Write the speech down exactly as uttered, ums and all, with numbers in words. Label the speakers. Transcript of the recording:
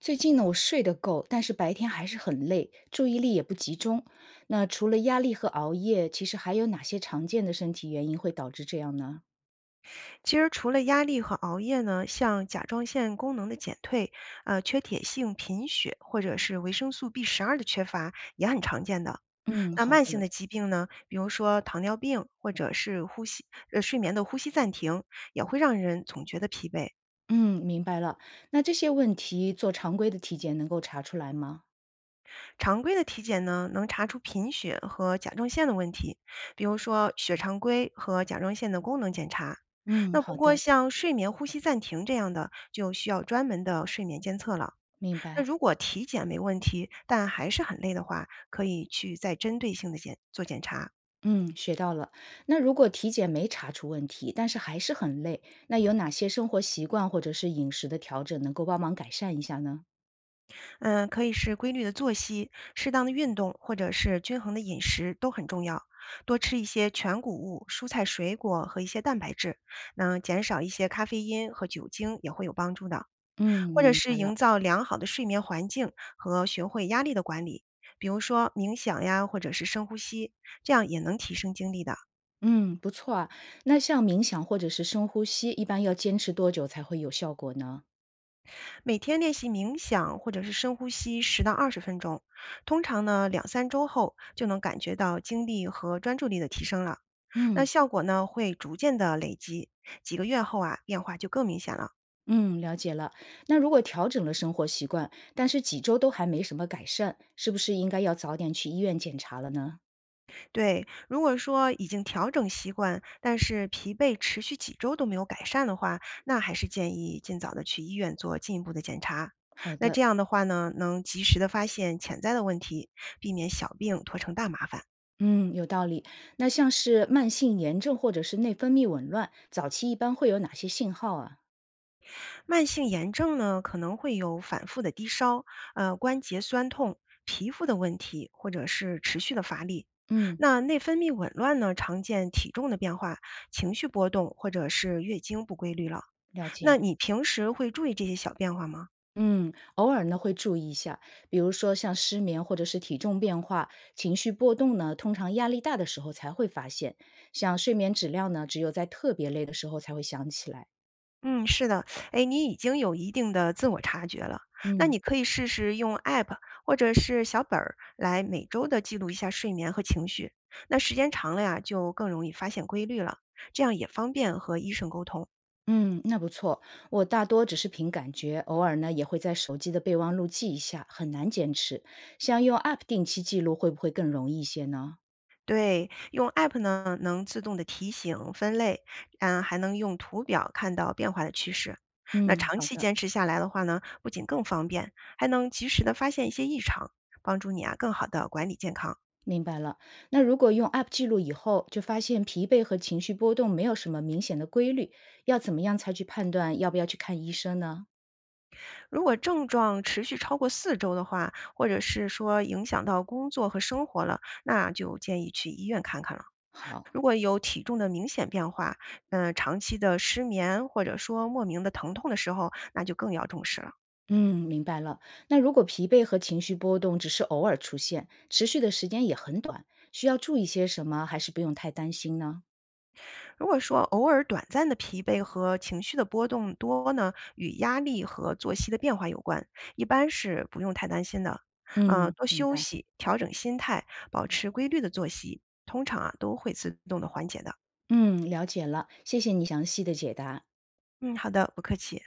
Speaker 1: 最近呢，我睡得够，但是白天还是很累，注意力也不集中。那除了压力和熬夜，其实还有哪些常见的身体原因会导致这样呢？
Speaker 2: 其实除了压力和熬夜呢，像甲状腺功能的减退、呃缺铁性贫血或者是维生素 b 十二的缺乏也很常见的。
Speaker 1: 嗯，
Speaker 2: 那
Speaker 1: 好
Speaker 2: 慢性
Speaker 1: 的，
Speaker 2: 的疾病呢，比如说糖尿病或者是呼吸呃睡眠的呼吸暂停，也会让人总觉得疲惫。
Speaker 1: 嗯，明白了。那这些问题做常规的体检能够查出来吗？
Speaker 2: 常规的体检呢，能查出贫血和甲状腺的问题，比如说血常规和甲状腺的功能检查。
Speaker 1: 嗯，
Speaker 2: 那不
Speaker 1: 好
Speaker 2: 过
Speaker 1: 的，
Speaker 2: 像睡眠呼吸暂停这样的，就需要专门的睡眠监测了。
Speaker 1: 明
Speaker 2: 那
Speaker 1: 白。
Speaker 2: 如果体检没问题，但还是很累的话，可以去再针对性的检做检查。
Speaker 1: 嗯，学到了。那如果体检没查出问题，但是还是很累，那有哪些生活习惯或者是饮食的调整能够帮忙改善一下呢？
Speaker 2: 嗯，可以是规律的作息、适当的运动，或者是均衡的饮食都很重要。多吃一些全谷物、蔬菜、水果和一些蛋白质，那减少一些咖啡因和酒精也会有帮助的。
Speaker 1: 嗯，
Speaker 2: 或者
Speaker 1: 明
Speaker 2: 是
Speaker 1: 白了。
Speaker 2: 营造良好的睡眠环境和学会压力的管理，比如说冥想呀，或者是深呼吸，这样也能提升精力的。
Speaker 1: 嗯，不错啊。那像冥想或者是深呼吸，一般要坚持多久才会有效果呢？
Speaker 2: 每天练习冥想或者是深呼吸十到二十分钟，通常呢两三周后就能感觉到精力和专注力的提升了。那
Speaker 1: 嗯
Speaker 2: 效果呢会逐渐的累积，几个月后啊变化就更明显了。
Speaker 1: 嗯，了解了。那如果调整了生活习惯，但是几周都还没什么改善，是不是应该要早点去医院检查了呢？
Speaker 2: 对，如果说已经调整习惯，但是疲惫持续几周都没有改善的话，那还是建议尽早的去医院做进一步的检查。
Speaker 1: 好
Speaker 2: 那这
Speaker 1: 的，
Speaker 2: 样的话呢，能及时的发现潜在的问题，避免小病拖成大麻烦。
Speaker 1: 嗯，有道理。那像是慢性炎症或者是内分泌紊乱，早期一般会有哪些信号啊？
Speaker 2: 慢性炎症呢，可能会有反复的低烧、呃关节酸痛、皮肤的问题，或者是持续的乏力。
Speaker 1: 嗯，
Speaker 2: 那内分泌紊乱呢，常见体重的变化、情绪波动，或者是月经不规律了。
Speaker 1: 了
Speaker 2: 那
Speaker 1: 解。
Speaker 2: 你平时会注意这些小变化吗？
Speaker 1: 嗯，偶尔呢会注意一下，比如说像失眠或者是体重变化、情绪波动呢，通常压力大的时候才会发现。像睡眠质量呢，只有在特别累的时候才会想起来。
Speaker 2: 嗯，是的，哎，你已经有一定的自我察觉了，那
Speaker 1: 嗯
Speaker 2: 你可以试试用 App 或者是小本儿来每周的记录一下睡眠和情绪，那时间长了呀，就更容易发现规律了，这样也方便和医生沟通。
Speaker 1: 嗯，那不错。我大多只是凭感觉，偶尔呢也会在手机的备忘录记一下，很难坚持。像用 App 定期记录会不会更容易一些呢？
Speaker 2: 对，用 App 呢，能自动的提醒分类，嗯，还能用图表看到变化的趋势。
Speaker 1: 嗯，
Speaker 2: 那长
Speaker 1: 好
Speaker 2: 期
Speaker 1: 的。
Speaker 2: 坚持下来的话呢，不仅更方便，还能及时的发现一些异常，帮助你啊更好的管理健康。
Speaker 1: 明白了。那如果用 App 记录以后，就发现疲惫和情绪波动没有什么明显的规律，要怎么样才去判断要不要去看医生呢？
Speaker 2: 如果症状持续超过四周的话，或者是说影响到工作和生活了，那就建议去医院看看了。
Speaker 1: 好，
Speaker 2: 如果有体重的明显变化，嗯、长期的失眠或者说莫名的疼痛的时候，那就更要重视了。
Speaker 1: 嗯，明白了。那如果疲惫和情绪波动只是偶尔出现，持续的时间也很短，需要注意些什么，还是不用太担心呢？
Speaker 2: 如果说偶尔短暂的疲惫和情绪的波动多呢，与压力和作息的变化有关，一般是不用太担心的。嗯、
Speaker 1: 嗯，
Speaker 2: 多
Speaker 1: 明
Speaker 2: 休
Speaker 1: 白。
Speaker 2: 息，调整心态，保持规律的作息，通常啊都会自动的缓解的。
Speaker 1: 嗯，了解了，谢谢你详细的解答。
Speaker 2: 嗯，好的，不客气。